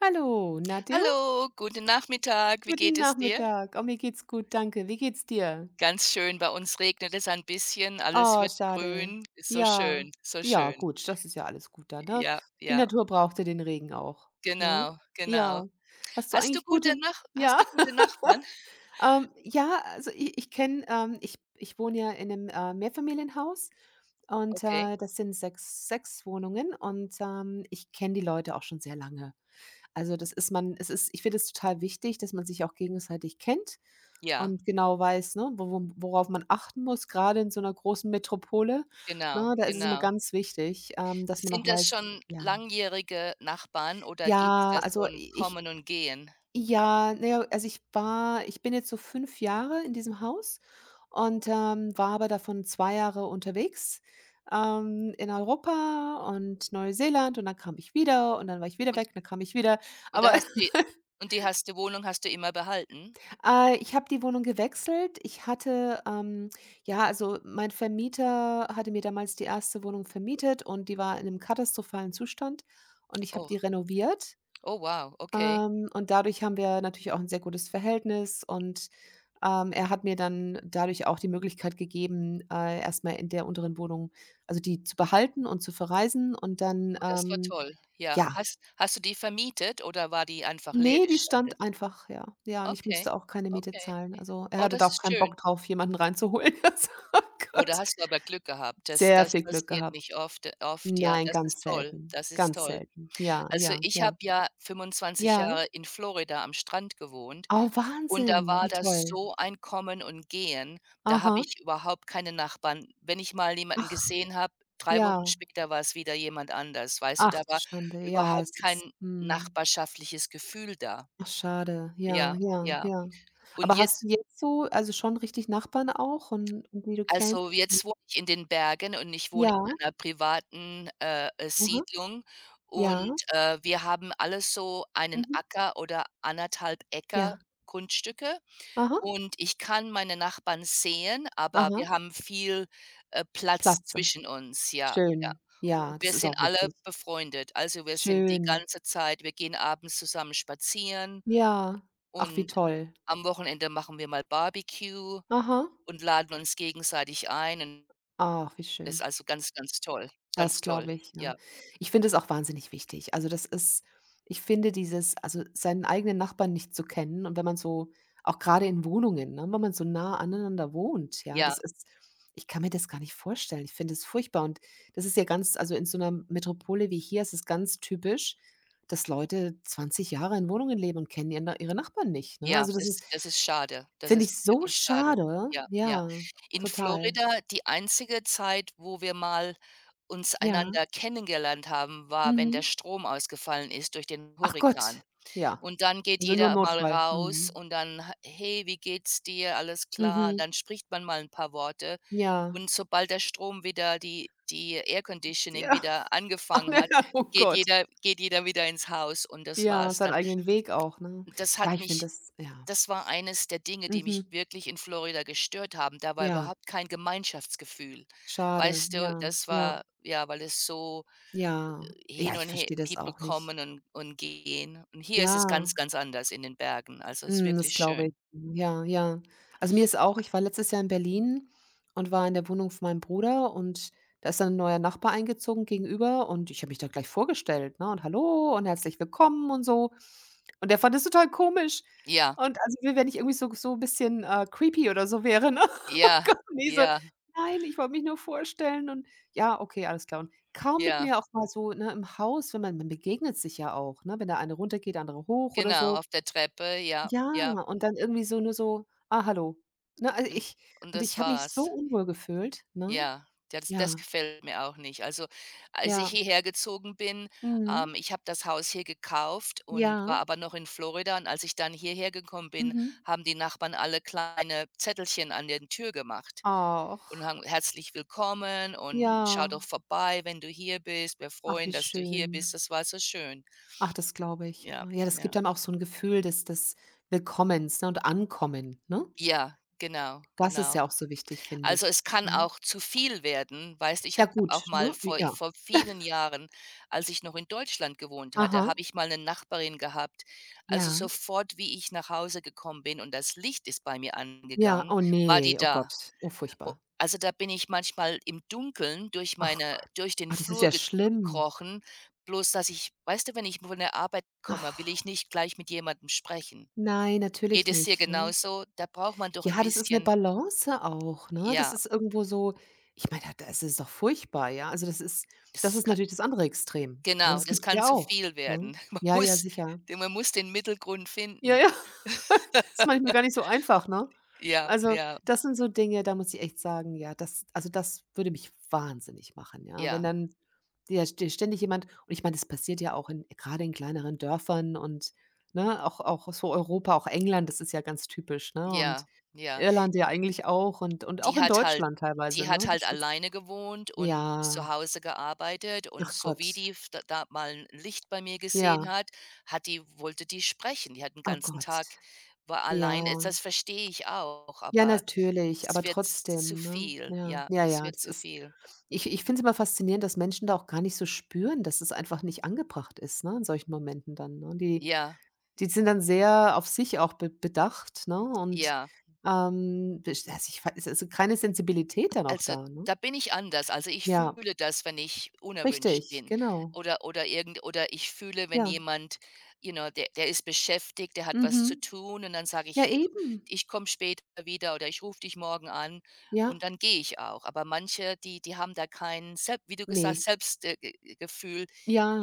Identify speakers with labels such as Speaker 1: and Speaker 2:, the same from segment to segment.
Speaker 1: Hallo, na du?
Speaker 2: Hallo, guten Nachmittag. Wie
Speaker 1: Guten
Speaker 2: geht es dir?
Speaker 1: Nachmittag. Oh, mir geht's gut, danke. Wie geht's dir?
Speaker 2: Ganz schön, bei uns regnet es ein bisschen, alles
Speaker 1: Oh,
Speaker 2: wird
Speaker 1: schade.
Speaker 2: grün. Ist so
Speaker 1: Ja.
Speaker 2: schön, so
Speaker 1: Ja,
Speaker 2: schön.
Speaker 1: gut, das ist ja alles gut da, ne?
Speaker 2: Ja,
Speaker 1: Die
Speaker 2: ja,
Speaker 1: Natur brauchte den Regen auch, ne?
Speaker 2: genau, genau.
Speaker 1: Ja. Hast du
Speaker 2: Hast du
Speaker 1: eigentlich
Speaker 2: gute
Speaker 1: gute
Speaker 2: Nach
Speaker 1: ja?
Speaker 2: hast du gute Nachbarn?
Speaker 1: Ja, also i ich kenne, ich wohne ja in einem Mehrfamilienhaus und,
Speaker 2: Okay.
Speaker 1: das sind sechs Wohnungen und, ich kenne die Leute auch schon sehr lange. Also, das ist man es ist ich finde es total wichtig, dass man sich auch gegenseitig kennt
Speaker 2: Ja,
Speaker 1: und genau weiß, ne, wo worauf man achten muss, gerade in so einer großen Metropole, ne?
Speaker 2: genau,
Speaker 1: Da ist es immer
Speaker 2: genau.
Speaker 1: ganz wichtig, dass man auch
Speaker 2: Sind das
Speaker 1: weiß
Speaker 2: schon
Speaker 1: ja.
Speaker 2: langjährige Nachbarn oder gibt's
Speaker 1: Ja,
Speaker 2: da so
Speaker 1: also
Speaker 2: ein
Speaker 1: ich
Speaker 2: Kommen und Gehen?
Speaker 1: ja, naja, also ich bin jetzt so 5 Jahre in diesem Haus und, war aber davon 2 Jahre unterwegs, in Europa und Neuseeland und dann kam ich wieder und dann war ich wieder
Speaker 2: Und
Speaker 1: weg und dann kam ich wieder,
Speaker 2: und
Speaker 1: aber
Speaker 2: da hast du die und die hast die Wohnung hast du immer behalten?
Speaker 1: Ich habe die Wohnung gewechselt. Ich hatte ja, also mein Vermieter hatte mir damals die erste Wohnung vermietet und die war in einem katastrophalen Zustand und ich habe
Speaker 2: Oh,
Speaker 1: die renoviert.
Speaker 2: oh, wow, okay.
Speaker 1: Und dadurch haben wir natürlich auch ein sehr gutes Verhältnis und, er hat mir dann dadurch auch die Möglichkeit gegeben, erst in der unteren Wohnung also die zu behalten und zu verreisen und dann,
Speaker 2: Oh, das war toll. Ja.
Speaker 1: ja.
Speaker 2: Hast du die vermietet oder war die einfach leer
Speaker 1: Ne, die
Speaker 2: gestanden?
Speaker 1: stand einfach, ja. Ja, und ich musste
Speaker 2: Okay,
Speaker 1: auch keine Miete
Speaker 2: okay.
Speaker 1: zahlen. Also, er
Speaker 2: Oh,
Speaker 1: hatte da
Speaker 2: das
Speaker 1: auch
Speaker 2: ist
Speaker 1: keinen Bock
Speaker 2: schön.
Speaker 1: drauf, jemanden reinzuholen. Also, oh
Speaker 2: Oh, da
Speaker 1: Gott.
Speaker 2: hast du aber Glück gehabt. Das
Speaker 1: Sehr
Speaker 2: das
Speaker 1: viel Glück
Speaker 2: passiert
Speaker 1: gehabt.
Speaker 2: nicht oft, ja.
Speaker 1: Nein,
Speaker 2: Das ist
Speaker 1: ganz
Speaker 2: toll,
Speaker 1: selten.
Speaker 2: das ist
Speaker 1: Ganz
Speaker 2: toll.
Speaker 1: selten. Ja,
Speaker 2: Also,
Speaker 1: ja,
Speaker 2: ich
Speaker 1: ja.
Speaker 2: habe ja 25
Speaker 1: Ja.
Speaker 2: Jahre in Florida am Strand gewohnt.
Speaker 1: Oh,
Speaker 2: Und da
Speaker 1: Wahnsinn,
Speaker 2: war
Speaker 1: wie
Speaker 2: das
Speaker 1: toll.
Speaker 2: so ein Kommen und Gehen, da habe
Speaker 1: Aha.
Speaker 2: ich überhaupt keine Nachbarn. Wenn ich mal jemanden
Speaker 1: Ach,
Speaker 2: gesehen habe, 3 Wochen
Speaker 1: ja.
Speaker 2: später war es wieder jemand anders, weißt du?
Speaker 1: Ach
Speaker 2: Da
Speaker 1: du
Speaker 2: war
Speaker 1: Schande. Ja,
Speaker 2: überhaupt
Speaker 1: es ist
Speaker 2: kein
Speaker 1: mhm.
Speaker 2: nachbarschaftliches Gefühl da.
Speaker 1: Ach, schade. Ja,
Speaker 2: Ja,
Speaker 1: ja,
Speaker 2: ja.
Speaker 1: ja.
Speaker 2: Und
Speaker 1: Aber hast
Speaker 2: jetzt
Speaker 1: du jetzt so also, schon richtig Nachbarn auch und die du kennst?
Speaker 2: also, jetzt wohne ich in den Bergen und ich wohne
Speaker 1: Ja,
Speaker 2: in einer privaten,
Speaker 1: aha.
Speaker 2: Siedlung, und
Speaker 1: Ja.
Speaker 2: wir haben alle so einen
Speaker 1: Mhm.
Speaker 2: Acker oder anderthalb 1 Äcker
Speaker 1: Ja.
Speaker 2: Grundstücke.
Speaker 1: Aha.
Speaker 2: Und ich kann meine Nachbarn sehen, aber
Speaker 1: Aha.
Speaker 2: wir haben viel Platz
Speaker 1: Platze.
Speaker 2: zwischen uns, ja, ja.
Speaker 1: Schön.
Speaker 2: Und
Speaker 1: Ja,
Speaker 2: wir
Speaker 1: das ist
Speaker 2: sind
Speaker 1: auch
Speaker 2: alle
Speaker 1: wichtig.
Speaker 2: befreundet. Also, wir sind die
Speaker 1: Schön.
Speaker 2: ganze Zeit wir gehen abends zusammen spazieren
Speaker 1: Ja. Ach, wie
Speaker 2: und
Speaker 1: toll.
Speaker 2: am Wochenende machen wir mal Barbecue
Speaker 1: Aha.
Speaker 2: und laden uns gegenseitig ein, und
Speaker 1: Ach, wie
Speaker 2: das ist
Speaker 1: schön.
Speaker 2: also ganz, ganz toll,
Speaker 1: Das
Speaker 2: ganz
Speaker 1: glaube
Speaker 2: toll.
Speaker 1: ich, ja.
Speaker 2: Ja,
Speaker 1: Ich finde es auch wahnsinnig wichtig. Also, das ist ich finde dieses also, seinen eigenen Nachbarn nicht zu kennen und wenn man so auch gerade in Wohnungen, ne, wenn man so nah aneinander wohnt, ja,
Speaker 2: ja,
Speaker 1: das ist ich kann mir das gar nicht vorstellen. Ich finde es furchtbar und das ist ja ganz also, in so einer Metropole wie hier ist es ganz typisch, dass Leute 20 Jahre in Wohnungen leben und kennen ihren ihre Nachbarn nicht, ne?
Speaker 2: ja,
Speaker 1: Also, das
Speaker 2: das
Speaker 1: ist
Speaker 2: das ist schade. Das
Speaker 1: finde
Speaker 2: ist
Speaker 1: ich so
Speaker 2: wirklich schade.
Speaker 1: schade.
Speaker 2: Ja, ja.
Speaker 1: Ja,
Speaker 2: In
Speaker 1: total.
Speaker 2: Florida die einzige Zeit, wo wir mal uns
Speaker 1: Ja,
Speaker 2: einander kennengelernt haben, war, wenn der
Speaker 1: mhm.
Speaker 2: Strom ausgefallen ist durch den
Speaker 1: Ach Gott,
Speaker 2: Hurrikan.
Speaker 1: ja.
Speaker 2: Und dann geht
Speaker 1: Also, nur im
Speaker 2: jeder mal
Speaker 1: Notfall.
Speaker 2: raus
Speaker 1: Mhm.
Speaker 2: und dann: „Hey, wie geht's dir? Alles klar?"
Speaker 1: Mhm.
Speaker 2: Dann spricht man mal 'n paar Worte,
Speaker 1: Ja.
Speaker 2: und sobald der Strom wieder die Air Conditioning
Speaker 1: Ja.
Speaker 2: wieder
Speaker 1: Ach
Speaker 2: angefangen
Speaker 1: ne,
Speaker 2: hat,
Speaker 1: oh
Speaker 2: geht
Speaker 1: Gott.
Speaker 2: jeder geht jeder wieder ins Haus, und das
Speaker 1: Ja,
Speaker 2: war's
Speaker 1: seinen
Speaker 2: dann.
Speaker 1: eigenen Weg auch, ne?
Speaker 2: Das
Speaker 1: Ja,
Speaker 2: hat
Speaker 1: ich finde
Speaker 2: mich
Speaker 1: das ja.
Speaker 2: Das war eines der Dinge, die mich
Speaker 1: Mhm.
Speaker 2: wirklich in Florida gestört haben. Da war
Speaker 1: Ja,
Speaker 2: überhaupt kein Gemeinschaftsgefühl.
Speaker 1: schade.
Speaker 2: Weißt du,
Speaker 1: Ja,
Speaker 2: das
Speaker 1: ja,
Speaker 2: war ja, weil es so
Speaker 1: ja. Ja,
Speaker 2: hin
Speaker 1: ich
Speaker 2: und her
Speaker 1: verstehe das
Speaker 2: People
Speaker 1: auch nicht.
Speaker 2: kommen und gehen. Und hier ist es ganz,
Speaker 1: Ja.
Speaker 2: ganz anders in den Bergen. Also, es ist
Speaker 1: Mhm, das
Speaker 2: wirklich
Speaker 1: glaube ich.
Speaker 2: schön.
Speaker 1: Ja, ja. Also, mir ist auch ich war letztes Jahr in Berlin und war in der Wohnung von meinem Bruder und da ist dann 'n neuer Nachbar eingezogen gegenüber und ich habe mich da gleich vorgestellt, ne, und: „Hallo und herzlich willkommen“ und so. Und der fand das total komisch.
Speaker 2: Ja,
Speaker 1: Und also, wie wenn ich irgendwie so 'n bisschen, creepy oder so wäre, ne? Oh
Speaker 2: ja,
Speaker 1: Gott, ne, so:
Speaker 2: ja,
Speaker 1: „Nein, ich wollte mich nur vorstellen und“ ja, okay, alles klar. Und kaum mit
Speaker 2: ja,
Speaker 1: mir auch mal so, ne, im Haus, wenn man begegnet sich ja auch, ne? Wenn der eine runtergeht, der andere hoch oder
Speaker 2: genau,
Speaker 1: so.
Speaker 2: auf der Treppe, ja,
Speaker 1: Ja,
Speaker 2: ja.
Speaker 1: und dann irgendwie so nur so: „Ah, hallo.“ Ne, also
Speaker 2: Und
Speaker 1: ich
Speaker 2: und
Speaker 1: und ich
Speaker 2: das
Speaker 1: habe mich so
Speaker 2: war's.
Speaker 1: unwohl gefühlt, ne?
Speaker 2: Ja, das
Speaker 1: Ja,
Speaker 2: gefällt mir auch nicht. Also, als ich
Speaker 1: ja.
Speaker 2: hierher gezogen bin,
Speaker 1: Mhm.
Speaker 2: ich habe das Haus hier gekauft und
Speaker 1: Ja,
Speaker 2: war aber noch in Florida, und als ich dann hierher gekommen bin,
Speaker 1: mhm.
Speaker 2: haben die Nachbarn alle kleine Zettelchen an den Tür gemacht und haben
Speaker 1: Ach.
Speaker 2: „Herzlich willkommen"
Speaker 1: Ja.
Speaker 2: und „Schau doch vorbei, wenn du hier bist. Wir
Speaker 1: Ach,
Speaker 2: freuen,
Speaker 1: wie
Speaker 2: dass du hier bist."
Speaker 1: schön.
Speaker 2: Das war so schön.
Speaker 1: Ach, das glaube ich.
Speaker 2: Ja,
Speaker 1: Ja, das gibt
Speaker 2: ja.
Speaker 1: einem auch so 'n Gefühl des Willkommens, ne, und Ankommen, ne?
Speaker 2: Ja, genau,
Speaker 1: Das ist ja
Speaker 2: genau.
Speaker 1: auch so wichtig, finde
Speaker 2: Also,
Speaker 1: ich.
Speaker 2: es kann
Speaker 1: Mhm.
Speaker 2: auch zu viel werden. Weißt Ich
Speaker 1: Ja
Speaker 2: habe auch
Speaker 1: gut,
Speaker 2: mal
Speaker 1: ne? Wie
Speaker 2: vor
Speaker 1: ja.
Speaker 2: vor vielen Jahren, als ich noch in Deutschland gewohnt hatte,
Speaker 1: Aha.
Speaker 2: habe ich mal eine Nachbarin gehabt. Also,
Speaker 1: Ja.
Speaker 2: sofort, wie ich nach Hause gekommen bin und das Licht ist bei mir
Speaker 1: Ja,
Speaker 2: angegangen,
Speaker 1: oh
Speaker 2: war die
Speaker 1: ne, oh
Speaker 2: da.
Speaker 1: Gott, oh
Speaker 2: O
Speaker 1: furchtbar.
Speaker 2: Also, da bin ich manchmal im Dunkeln
Speaker 1: Ach Gott.
Speaker 2: durch den
Speaker 1: Ah, das ist
Speaker 2: Flur
Speaker 1: ja schlimm.
Speaker 2: gekrochen, bloß dass ich weißt du, wenn ich von der Arbeit komme, will
Speaker 1: Ach.
Speaker 2: ich nicht gleich mit jemandem sprechen.
Speaker 1: Nein,
Speaker 2: Geht
Speaker 1: natürlich
Speaker 2: es dir
Speaker 1: nicht, ne?
Speaker 2: genauso? Da braucht man doch ein
Speaker 1: Ja, das ist 'ne
Speaker 2: bisschen
Speaker 1: Balance auch, ne? Das
Speaker 2: ja,
Speaker 1: ist irgendwo so ich meine, da das ist doch furchtbar, ja? Also, das
Speaker 2: es
Speaker 1: ist natürlich das andere Extrem, ne?
Speaker 2: Genau,
Speaker 1: Das
Speaker 2: das
Speaker 1: gibt's
Speaker 2: kann
Speaker 1: ja
Speaker 2: zu
Speaker 1: auch,
Speaker 2: viel
Speaker 1: ne?
Speaker 2: werden. Man
Speaker 1: Ja, ja,
Speaker 2: muss
Speaker 1: sicher.
Speaker 2: de man muss den Mittelgrund
Speaker 1: Ja,
Speaker 2: finden.
Speaker 1: ja. Ist manchmal gar nicht so einfach, ne?
Speaker 2: Ja,
Speaker 1: Also,
Speaker 2: ja,
Speaker 1: das sind so Dinge, da muss ich echt sagen, ja, das also, das würde mich wahnsinnig machen, ja? Wenn
Speaker 2: ja,
Speaker 1: dann dir ständig jemand und ich meine, das passiert ja auch in gerade in kleineren Dörfern und, ne, auch so Europa, auch England, das ist ja ganz typisch, ne? Und
Speaker 2: ja, ja.
Speaker 1: Irland ja eigentlich auch und auch
Speaker 2: Die
Speaker 1: in
Speaker 2: hat halt
Speaker 1: Deutschland
Speaker 2: die
Speaker 1: teilweise,
Speaker 2: hat
Speaker 1: ne?
Speaker 2: halt
Speaker 1: Das ist
Speaker 2: alleine gewohnt und
Speaker 1: ja,
Speaker 2: zu Hause gearbeitet, und
Speaker 1: ach
Speaker 2: so wie
Speaker 1: Gott.
Speaker 2: die f da da mal ein Licht bei mir gesehen
Speaker 1: Ja,
Speaker 2: hat, hat die wollte die sprechen. Die hat den
Speaker 1: oh
Speaker 2: ganzen
Speaker 1: Gott.
Speaker 2: Tag war allein. Äh,
Speaker 1: Ja.
Speaker 2: das verstehe ich auch,
Speaker 1: Ja,
Speaker 2: aber
Speaker 1: natürlich, aber
Speaker 2: es wird z zu
Speaker 1: trotzdem, ne?
Speaker 2: viel.
Speaker 1: Ja,
Speaker 2: Ja,
Speaker 1: ja,
Speaker 2: es
Speaker 1: ja,
Speaker 2: wird
Speaker 1: das
Speaker 2: zu
Speaker 1: ist
Speaker 2: viel.
Speaker 1: ich finde es immer faszinierend, dass Menschen da auch gar nicht so spüren, dass es einfach nicht angebracht ist, ne, in solchen Momenten dann, ne? Die
Speaker 2: Ja,
Speaker 1: sind dann sehr auf sich auch be bedacht, ne, und,
Speaker 2: ja.
Speaker 1: bes also, ich weiß also, keine Sensibilität dann auch
Speaker 2: Also,
Speaker 1: da, ne?
Speaker 2: da bin ich anders. Also, ich
Speaker 1: Ja,
Speaker 2: fühle das, wenn ich unerwünscht
Speaker 1: richtig,
Speaker 2: bin,
Speaker 1: genau.
Speaker 2: oder ich fühle, wenn
Speaker 1: Ja,
Speaker 2: jemand der ist beschäftigt, der hat was zu
Speaker 1: mhm.
Speaker 2: tun, und dann sage
Speaker 1: Ja,
Speaker 2: ich: „Du,
Speaker 1: eben.
Speaker 2: ich komme später wieder" oder „Ich rufe dich morgen an",
Speaker 1: Ja,
Speaker 2: und dann gehe ich auch. Aber manche, die haben da kein Selb wie du gesagt
Speaker 1: ne.
Speaker 2: Selbstgefühl.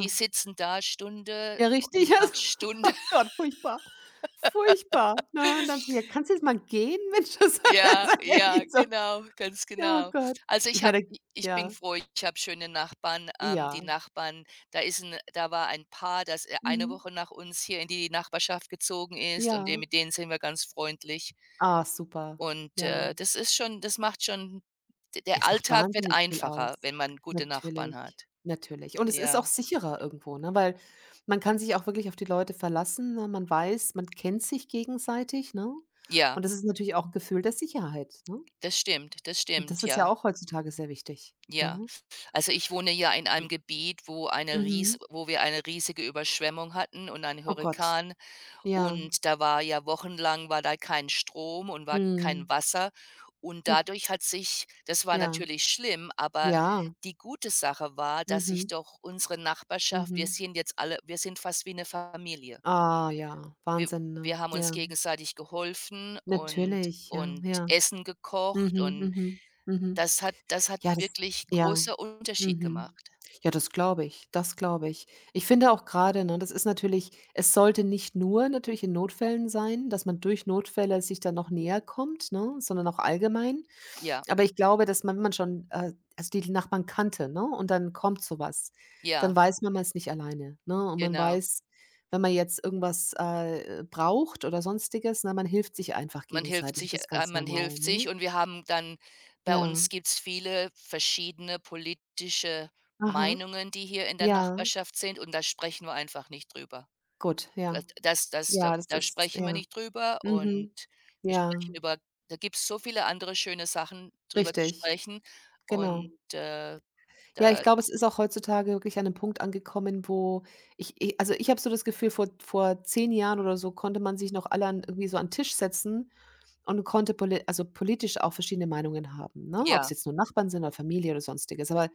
Speaker 2: Die sitzen da Stunde
Speaker 1: Ja, richtig. Also,
Speaker 2: nach
Speaker 1: oh
Speaker 2: Stunde.
Speaker 1: Gott, furchtbar. Furchtbar, ne? Und dann so: „Ja, kannst du jetzt mal gehen, Mensch?“ Das
Speaker 2: Ja,
Speaker 1: war
Speaker 2: ja,
Speaker 1: echt so,
Speaker 2: genau, ganz
Speaker 1: ja, oh
Speaker 2: genau.
Speaker 1: Gott.
Speaker 2: Also,
Speaker 1: Ich meine
Speaker 2: ich bin
Speaker 1: ja,
Speaker 2: froh, ich habe schöne Nachbarn. Ähm,
Speaker 1: ja,
Speaker 2: die Nachbarn, da war ein Paar, das eine
Speaker 1: mhm,
Speaker 2: Woche nach uns hier in die Nachbarschaft gezogen ist, und de
Speaker 1: ja.
Speaker 2: mit denen sind wir ganz freundlich.
Speaker 1: Ah, super,
Speaker 2: Und
Speaker 1: ja.
Speaker 2: das ist schon das macht schon d
Speaker 1: Ja,
Speaker 2: der
Speaker 1: es macht
Speaker 2: Alltag wird
Speaker 1: wahnsinnig viel
Speaker 2: einfacher,
Speaker 1: aus.
Speaker 2: wenn man gute Nachbarn
Speaker 1: Natürlich,
Speaker 2: hat.
Speaker 1: natürlich. Und es ist auch
Speaker 2: Ja,
Speaker 1: sicherer irgendwo, ne, weil man kann sich auch wirklich auf die Leute verlassen, ne? Man weiß, man kennt sich gegenseitig, ne?
Speaker 2: ja,
Speaker 1: Und das ist natürlich auch ein Gefühl der Sicherheit, ne?
Speaker 2: das
Speaker 1: Und das
Speaker 2: stimmt,
Speaker 1: ist ja
Speaker 2: ja,
Speaker 1: auch heutzutage sehr wichtig,
Speaker 2: ja.
Speaker 1: ne?
Speaker 2: Also, ich wohne ja in einem Gebiet, wo eine ries
Speaker 1: Mhm.
Speaker 2: wo wir eine riesige Überschwemmung hatten und einen
Speaker 1: Oh Gott,
Speaker 2: Hurrikan.
Speaker 1: ja.
Speaker 2: Und da war ja wochenlang war da kein Strom und war kein
Speaker 1: Mhm.
Speaker 2: Wasser. Und
Speaker 1: Hm,
Speaker 2: dadurch hat sich das war
Speaker 1: ja,
Speaker 2: natürlich schlimm, aber
Speaker 1: ja.
Speaker 2: die gute Sache war, dass sich
Speaker 1: Mhm,
Speaker 2: doch unsere Nachbarschaft,
Speaker 1: mhm.
Speaker 2: wir sind fast wie 'ne Familie.
Speaker 1: Ah ja,
Speaker 2: Wir
Speaker 1: Wahnsinn, ne?
Speaker 2: wir haben uns
Speaker 1: Ja,
Speaker 2: gegenseitig geholfen und
Speaker 1: natürlich, ja,
Speaker 2: und
Speaker 1: ja.
Speaker 2: Essen gekocht,
Speaker 1: Mhm,
Speaker 2: und
Speaker 1: mhm, mhm.
Speaker 2: das hat
Speaker 1: Ja, das
Speaker 2: wirklich
Speaker 1: ja.
Speaker 2: großer Unterschied
Speaker 1: Mhm.
Speaker 2: gemacht.
Speaker 1: Ja, das glaube ich, das glaube ich. Ich finde auch gerade, ne, das ist natürlich es sollte nicht nur natürlich in Notfällen sein, dass man durch Notfälle sich dann noch näher kommt, ne, sondern auch allgemein.
Speaker 2: Ja,
Speaker 1: Aber ich glaube, dass man wenn man schon, also die Nachbarn kannte, ne, und dann kommt so was, dann
Speaker 2: ja,
Speaker 1: weiß man, man ist nicht alleine, ne? Und man
Speaker 2: genau.
Speaker 1: weiß, wenn man jetzt irgendwas, braucht oder Sonstiges, ne, man hilft sich einfach
Speaker 2: Man hilft
Speaker 1: gegenseitig.
Speaker 2: sich
Speaker 1: Das ist
Speaker 2: äh,
Speaker 1: ganz
Speaker 2: man
Speaker 1: normal,
Speaker 2: hilft
Speaker 1: ne?
Speaker 2: sich und wir haben dann bei
Speaker 1: Ja.
Speaker 2: uns gibt's viele verschiedene politische
Speaker 1: Aha.
Speaker 2: Meinungen, die hier in der
Speaker 1: Ja.
Speaker 2: Nachbarschaft sind, und da sprechen wir einfach nicht drüber.
Speaker 1: Gut, ja.
Speaker 2: Das das das da
Speaker 1: Ja, das
Speaker 2: da
Speaker 1: ist
Speaker 2: sprechen wir
Speaker 1: ja.
Speaker 2: nicht drüber, und
Speaker 1: Mhm.
Speaker 2: wir
Speaker 1: Ja,
Speaker 2: sprechen über da gibt's so viele andere schöne Sachen, drüber zu
Speaker 1: richtig,
Speaker 2: sprechen,
Speaker 1: genau.
Speaker 2: und,
Speaker 1: Ja, ich
Speaker 2: da
Speaker 1: glaube, es ist auch heutzutage wirklich an einem Punkt angekommen, wo ich i also, ich habe so das Gefühl, vor 10 Jahren oder so konnte man sich noch alle an irgendwie so an 'n Tisch setzen und konnte poli also, politisch auch verschiedene Meinungen haben, ne? Ob es
Speaker 2: ja,
Speaker 1: jetzt nur Nachbarn sind oder Familie oder Sonstiges. Aber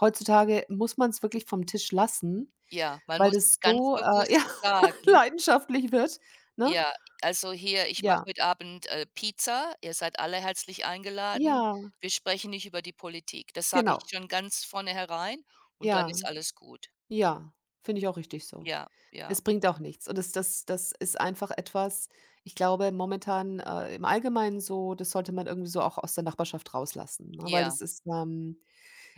Speaker 1: heutzutage muss man es wirklich vom Tisch lassen,
Speaker 2: ja, man
Speaker 1: weil
Speaker 2: muss
Speaker 1: das
Speaker 2: es ganz
Speaker 1: so, ja,
Speaker 2: bewusst sagen.
Speaker 1: leidenschaftlich wird, ne?
Speaker 2: Ja, also hier, ich mache
Speaker 1: Ja,
Speaker 2: heute Abend Pizza. Ihr seid alle herzlich eingeladen.
Speaker 1: ja,
Speaker 2: Wir sprechen nicht über die Politik. Das sage ich
Speaker 1: genau,
Speaker 2: schon ganz vorne herein, und dann
Speaker 1: ja.
Speaker 2: ist alles gut.
Speaker 1: Ja, finde ich auch richtig so.
Speaker 2: Ja, ja,
Speaker 1: Es bringt auch nichts. Und das das ist einfach etwas ich glaube momentan, im Allgemeinen so, das sollte man irgendwie so auch aus der Nachbarschaft rauslassen, ne? Weil
Speaker 2: ja.
Speaker 1: das ist,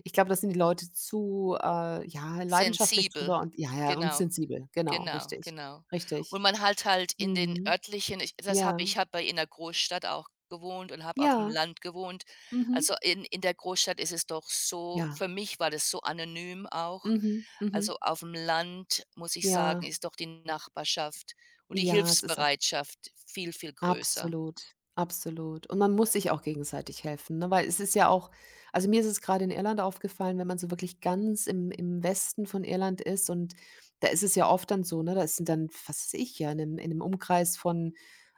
Speaker 1: ich glaube, da sind die Leute zu, ja, leidenschaftlich
Speaker 2: Sensibel,
Speaker 1: drüber und ja, ja, und
Speaker 2: genau.
Speaker 1: sensibel. Genau,
Speaker 2: Genau,
Speaker 1: richtig,
Speaker 2: genau.
Speaker 1: richtig.
Speaker 2: Und man halt halt in den
Speaker 1: Mhm.
Speaker 2: örtlichen ich das habe
Speaker 1: Ja,
Speaker 2: ich habe bei in der Großstadt auch gewohnt und habe auf dem
Speaker 1: ja,
Speaker 2: Land gewohnt.
Speaker 1: mhm.
Speaker 2: Also, in der Großstadt ist es doch so
Speaker 1: Ja,
Speaker 2: für mich war das so anonym auch.
Speaker 1: mhm, mhm.
Speaker 2: Also, auf dem Land, muss ich sagen,
Speaker 1: Ja,
Speaker 2: ist doch die Nachbarschaft und die
Speaker 1: ja, es ist
Speaker 2: Hilfsbereitschaft viel, viel größer.
Speaker 1: absolut, absolut. Und man muss
Speaker 2: Ja.
Speaker 1: sich auch gegenseitig helfen, ne? Weil es ist ja auch also, mir ist es gerade in Irland aufgefallen, wenn man so wirklich ganz im Westen von Irland ist und da ist es ja oft dann so, ne, da sind dann, was weiß ich, ja, in 'nem Umkreis von,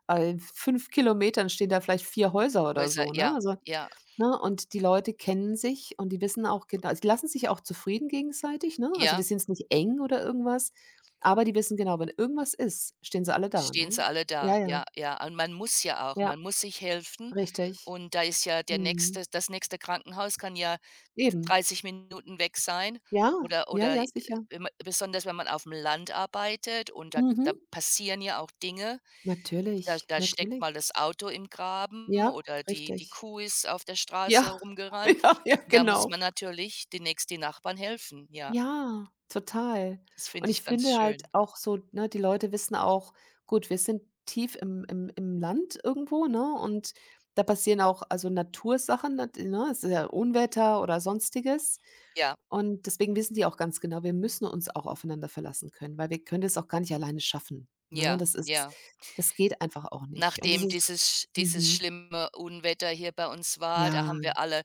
Speaker 1: 5 Kilometern stehen da vielleicht 4 Häuser oder
Speaker 2: Häuser
Speaker 1: so, ne?
Speaker 2: ja,
Speaker 1: Also,
Speaker 2: ja,
Speaker 1: ne, und die Leute kennen sich und die wissen auch genau also die lassen sich auch zufrieden gegenseitig, ne? Also, die
Speaker 2: ja,
Speaker 1: sind es nicht eng oder irgendwas, aber die wissen genau, wenn irgendwas ist, stehen sie alle da,
Speaker 2: stehen
Speaker 1: ne?
Speaker 2: sie alle
Speaker 1: Ja,
Speaker 2: da.
Speaker 1: ja,
Speaker 2: Ja, ja. Und
Speaker 1: ja.
Speaker 2: man muss sich helfen,
Speaker 1: Richtig.
Speaker 2: und da ist ja der
Speaker 1: Mhm.
Speaker 2: nächste das nächste Krankenhaus kann ja
Speaker 1: Eben.
Speaker 2: 30 Minuten weg sein
Speaker 1: Ja,
Speaker 2: oder
Speaker 1: ja,
Speaker 2: oder
Speaker 1: ja, sicher.
Speaker 2: wenn ma besonders wenn man auf dem Land arbeitet, und da
Speaker 1: Mhm.
Speaker 2: da passieren ja auch Dinge. Da
Speaker 1: Natürlich,
Speaker 2: da steckt
Speaker 1: natürlich.
Speaker 2: mal das Auto im Graben
Speaker 1: Ja,
Speaker 2: oder die
Speaker 1: richtig.
Speaker 2: Kuh ist auf der Straße
Speaker 1: Ja,
Speaker 2: rumgerannt.
Speaker 1: ja, ja,
Speaker 2: Da muss
Speaker 1: genau.
Speaker 2: man natürlich demnächst die Nachbarn helfen. Ja,
Speaker 1: Ja, total.
Speaker 2: das
Speaker 1: Und
Speaker 2: finde
Speaker 1: ich
Speaker 2: ich ganz
Speaker 1: finde halt
Speaker 2: schön.
Speaker 1: auch so, ne, die Leute wissen auch, gut, wir sind tief im im Land irgendwo, ne, und da passieren auch also Natursachen, nat ne? Es ist ja Unwetter oder Sonstiges.
Speaker 2: Ja,
Speaker 1: Und deswegen wissen die auch ganz genau, wir müssen uns auch aufeinander verlassen können, weil wir können das auch gar nicht alleine schaffen, ne?
Speaker 2: ja,
Speaker 1: Das ist
Speaker 2: ja.
Speaker 1: das geht einfach auch nicht. Und das
Speaker 2: Nachdem
Speaker 1: ist
Speaker 2: dieses
Speaker 1: mhm,
Speaker 2: schlimme Unwetter hier bei uns war, da
Speaker 1: ja,
Speaker 2: haben wir alle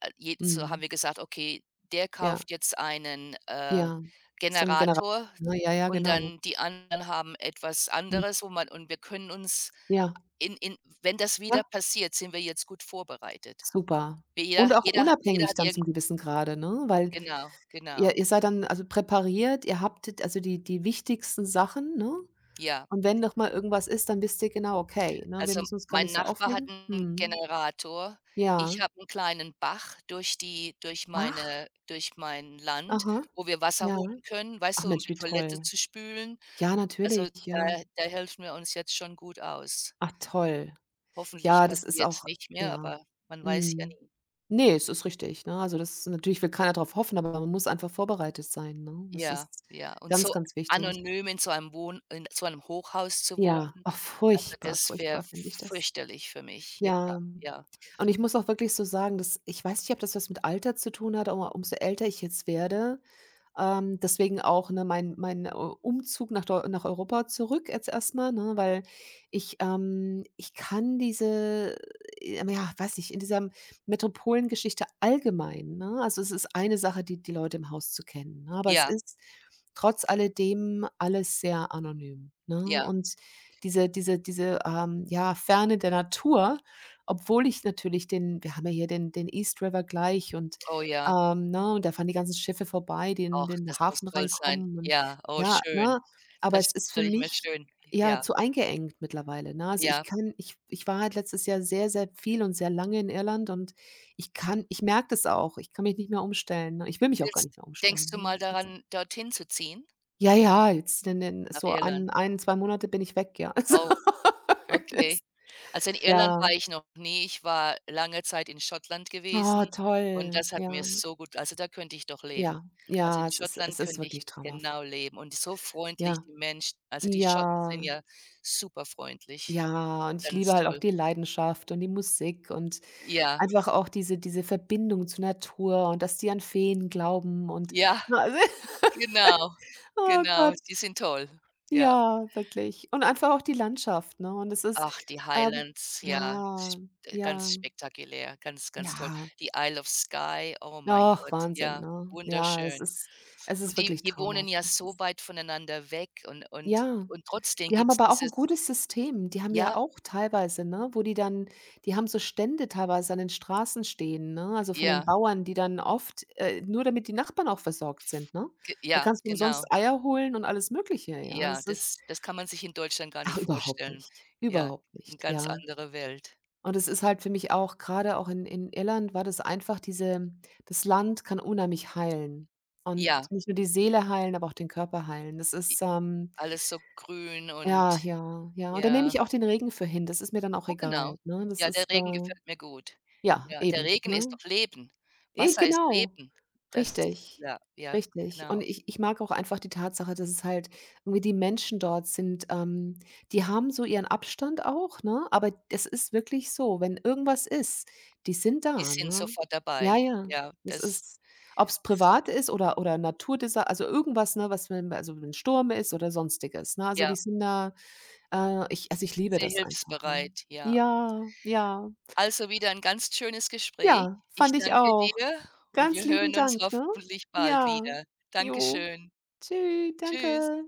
Speaker 2: Jed so haben
Speaker 1: mhm,
Speaker 2: wir gesagt: „Okay, der
Speaker 1: ja,
Speaker 2: kauft jetzt einen
Speaker 1: ja. So ein Genera
Speaker 2: Generator,
Speaker 1: ne? Ja, ja,
Speaker 2: und
Speaker 1: genau.
Speaker 2: dann die anderen haben etwas
Speaker 1: Hm,
Speaker 2: anderes, wo man", und wir können uns
Speaker 1: ja,
Speaker 2: in wenn das
Speaker 1: ja.
Speaker 2: wieder passiert, sind wir jetzt gut vorbereitet.
Speaker 1: Super.
Speaker 2: Wir jeder
Speaker 1: Und auch
Speaker 2: jeder jeder
Speaker 1: unabhängig
Speaker 2: hat
Speaker 1: dann
Speaker 2: irgend
Speaker 1: zum gewissen Grade, ne? Weil
Speaker 2: genau,
Speaker 1: ihr
Speaker 2: genau.
Speaker 1: ihr seid dann also präpariert, ihr habt d also die wichtigsten Sachen, ne?
Speaker 2: Ja.
Speaker 1: Und wenn noch mal irgendwas ist, dann wisst ihr genau: „Okay, ne, wir
Speaker 2: Also,
Speaker 1: müssen uns gar
Speaker 2: mein
Speaker 1: nicht so
Speaker 2: Nachbar hat
Speaker 1: aufregen.“
Speaker 2: einen
Speaker 1: Mhm.
Speaker 2: Generator.
Speaker 1: Ja.
Speaker 2: Ich habe einen kleinen Bach
Speaker 1: Ach,
Speaker 2: durch mein Land,
Speaker 1: aha,
Speaker 2: wo wir Wasser
Speaker 1: ja.
Speaker 2: holen können,
Speaker 1: Ach
Speaker 2: weißt du, um
Speaker 1: Mensch,
Speaker 2: die
Speaker 1: wie
Speaker 2: Toilette
Speaker 1: toll.
Speaker 2: zu spülen.
Speaker 1: Ja,
Speaker 2: Also,
Speaker 1: natürlich, ja.
Speaker 2: da helfen wir uns jetzt schon gut aus.
Speaker 1: Ach toll.
Speaker 2: Hoffentlich
Speaker 1: Ja, das ist
Speaker 2: passiert es
Speaker 1: auch
Speaker 2: nicht mehr,
Speaker 1: ja.
Speaker 2: aber man weiß ja
Speaker 1: Mhm.
Speaker 2: nie.
Speaker 1: Ne, es ist richtig, ne? Also, das ist natürlich will keiner darauf hoffen, aber man muss einfach vorbereitet sein, ne? Das
Speaker 2: Ja,
Speaker 1: ist
Speaker 2: ja. Und
Speaker 1: ganz,
Speaker 2: so
Speaker 1: ganz wichtig.
Speaker 2: anonym in so einem Wohn in so einem Hochhaus zu
Speaker 1: Ja,
Speaker 2: wohnen,
Speaker 1: auch
Speaker 2: also,
Speaker 1: furchtbar,
Speaker 2: das wäre
Speaker 1: furchtbar finde ich das.
Speaker 2: fürchterlich für mich. Ja,
Speaker 1: Ja,
Speaker 2: ja,
Speaker 1: und ich muss auch wirklich so sagen, dass ich weiß nicht, ob das was mit Alter zu tun hat, aber umso älter ich jetzt werde, deswegen auch, ne, mein, Umzug nach Deu nach Europa zurück jetzt erstmal, ne, weil ich ich kann diese, ja, weiß nicht, in dieser Metropolengeschichte allgemein, ne also, es ist eine Sache, die die Leute im Haus zu kennen, ne, aber es
Speaker 2: ja,
Speaker 1: ist trotz alledem alles sehr anonym, ne?
Speaker 2: ja.
Speaker 1: Und diese, ja, Ferne der Natur, obwohl ich natürlich den wir haben ja hier den East River gleich und
Speaker 2: Oh ja.
Speaker 1: ne, und da fahren die ganzen Schiffe vorbei, die in
Speaker 2: Och,
Speaker 1: den
Speaker 2: das muss
Speaker 1: Hafen
Speaker 2: toll sein.
Speaker 1: reinkommen und
Speaker 2: Ja, oh
Speaker 1: ja,
Speaker 2: schön.
Speaker 1: ne? Aber
Speaker 2: Das
Speaker 1: es ist für
Speaker 2: stelle ich mir
Speaker 1: mich,
Speaker 2: schön
Speaker 1: ja,
Speaker 2: ja,
Speaker 1: zu eingeengt mittlerweile, ne? Also, ich
Speaker 2: ja.
Speaker 1: kann ich war halt letztes Jahr sehr, sehr viel und sehr lange in Irland und ich kann ich merke das auch, ich kann mich nicht mehr umstellen, ne? Ich will mich auch gar
Speaker 2: Willst
Speaker 1: nicht mehr
Speaker 2: Denkst
Speaker 1: umstellen,
Speaker 2: du
Speaker 1: ne?
Speaker 2: mal
Speaker 1: Es ist
Speaker 2: daran, dorthin zu ziehen,
Speaker 1: ja, ja, jetzt in den
Speaker 2: nach
Speaker 1: so
Speaker 2: Irland?
Speaker 1: an ein 2 Monate bin ich weg, ja. Also,
Speaker 2: Oh,
Speaker 1: das
Speaker 2: okay. Also, in Irland
Speaker 1: ja.
Speaker 2: war ich noch nie. Ich war lange Zeit in Schottland gewesen,
Speaker 1: Oh,
Speaker 2: und
Speaker 1: toll.
Speaker 2: das hat mir
Speaker 1: Ja,
Speaker 2: so gut also, da könnte ich doch leben.
Speaker 1: ja,
Speaker 2: Also,
Speaker 1: ja,
Speaker 2: in
Speaker 1: es
Speaker 2: Schottland
Speaker 1: ist
Speaker 2: könnte ich
Speaker 1: wirklich traumhaft.
Speaker 2: genau leben, und so freundlich
Speaker 1: Ja,
Speaker 2: die Menschen. Also, die
Speaker 1: ja.
Speaker 2: Schotten sind ja superfreundlich,
Speaker 1: Ja, und ich liebe
Speaker 2: ganz
Speaker 1: halt auch
Speaker 2: toll.
Speaker 1: die Leidenschaft und die Musik und
Speaker 2: Ja,
Speaker 1: einfach auch diese Verbindung zur Natur und dass die an Feen glauben und
Speaker 2: ja, genau,
Speaker 1: oh
Speaker 2: genau,
Speaker 1: Gott,
Speaker 2: die sind toll. Ja.
Speaker 1: ja, wirklich. Und einfach auch die Landschaft, ne? Und es ist,
Speaker 2: Ach, die
Speaker 1: ähm
Speaker 2: Highlands, ja,
Speaker 1: ja,
Speaker 2: sp
Speaker 1: ja,
Speaker 2: ganz spektakulär, ganz, ganz toll.
Speaker 1: ja.
Speaker 2: Die Isle of Skye, oh mein
Speaker 1: Ach,
Speaker 2: Gott,
Speaker 1: Wahnsinn,
Speaker 2: ja,
Speaker 1: ne? Ja,
Speaker 2: wunderschön.
Speaker 1: es ist
Speaker 2: Und die
Speaker 1: wirklich
Speaker 2: die wohnen
Speaker 1: traumhaft.
Speaker 2: ja
Speaker 1: Es
Speaker 2: so
Speaker 1: ist
Speaker 2: weit voneinander weg, und und
Speaker 1: ja.
Speaker 2: und trotzdem
Speaker 1: Die haben
Speaker 2: gibt's
Speaker 1: aber auch 'n
Speaker 2: dieses
Speaker 1: gutes System. Die haben ja
Speaker 2: ja,
Speaker 1: auch teilweise, ne, wo die dann die haben so Stände teilweise an den Straßen stehen, ne, also von den
Speaker 2: ja,
Speaker 1: Bauern, die dann oft nur damit die Nachbarn auch versorgt sind, ne?
Speaker 2: ge
Speaker 1: Da
Speaker 2: ja,
Speaker 1: kannst du
Speaker 2: genau.
Speaker 1: umsonst Eier holen und alles Mögliche, ja.
Speaker 2: Ja,
Speaker 1: Das ist
Speaker 2: das kann man sich in Deutschland gar
Speaker 1: ach,
Speaker 2: nicht vorstellen. Ja,
Speaker 1: überhaupt
Speaker 2: eine
Speaker 1: nicht,
Speaker 2: ganz
Speaker 1: ja.
Speaker 2: andere Welt.
Speaker 1: Und es ist halt für mich auch grade auch in Irland war das einfach diese das Land kann unheimlich heilen und
Speaker 2: Ja,
Speaker 1: nicht nur die Seele heilen, aber auch den Körper heilen. Das ist,
Speaker 2: alles so grün
Speaker 1: ja,
Speaker 2: und
Speaker 1: ja, ja. Und dann nehme
Speaker 2: ja.
Speaker 1: ich auch den Regen für hin. Das ist mir dann auch
Speaker 2: Oh, genau.
Speaker 1: egal, ne? Das
Speaker 2: Ja, der
Speaker 1: ist,
Speaker 2: Regen gefällt mir gut.
Speaker 1: ja,
Speaker 2: Ja, der
Speaker 1: eben,
Speaker 2: Regen ist
Speaker 1: ne?
Speaker 2: doch Leben.
Speaker 1: eh
Speaker 2: Wasser ist
Speaker 1: genau,
Speaker 2: Leben. Das
Speaker 1: richtig,
Speaker 2: ja, ja,
Speaker 1: richtig. Und
Speaker 2: genau.
Speaker 1: ich mag auch einfach die Tatsache, dass es halt irgendwie die Menschen dort sind, die haben so ihren Abstand auch, ne? Aber es ist wirklich so, wenn irgendwas ist, die sind
Speaker 2: Die
Speaker 1: da,
Speaker 2: sind
Speaker 1: ne?
Speaker 2: sofort
Speaker 1: Ja,
Speaker 2: dabei.
Speaker 1: ja.
Speaker 2: Ja,
Speaker 1: Das
Speaker 2: das
Speaker 1: ist ob's privat ist oder Naturdesa also, irgendwas, ne, was wenn also, wenn 'n Sturm ist oder Sonstiges, ne? Also, die
Speaker 2: ja,
Speaker 1: sind da ich also, ich liebe
Speaker 2: sehr
Speaker 1: das einfach, ne?
Speaker 2: hilfsbereit, ja.
Speaker 1: Ja, ja,
Speaker 2: Also, wieder ein ganz schönes Gespräch.
Speaker 1: ja,
Speaker 2: Ich
Speaker 1: fand ich
Speaker 2: danke
Speaker 1: auch.
Speaker 2: dir, und
Speaker 1: Ganz
Speaker 2: wir
Speaker 1: lieben
Speaker 2: hören uns
Speaker 1: Dank, ne?
Speaker 2: hoffentlich bald
Speaker 1: Ja,
Speaker 2: wieder.
Speaker 1: jo.
Speaker 2: Dankeschön.
Speaker 1: Tschü,
Speaker 2: Tschüss.
Speaker 1: danke.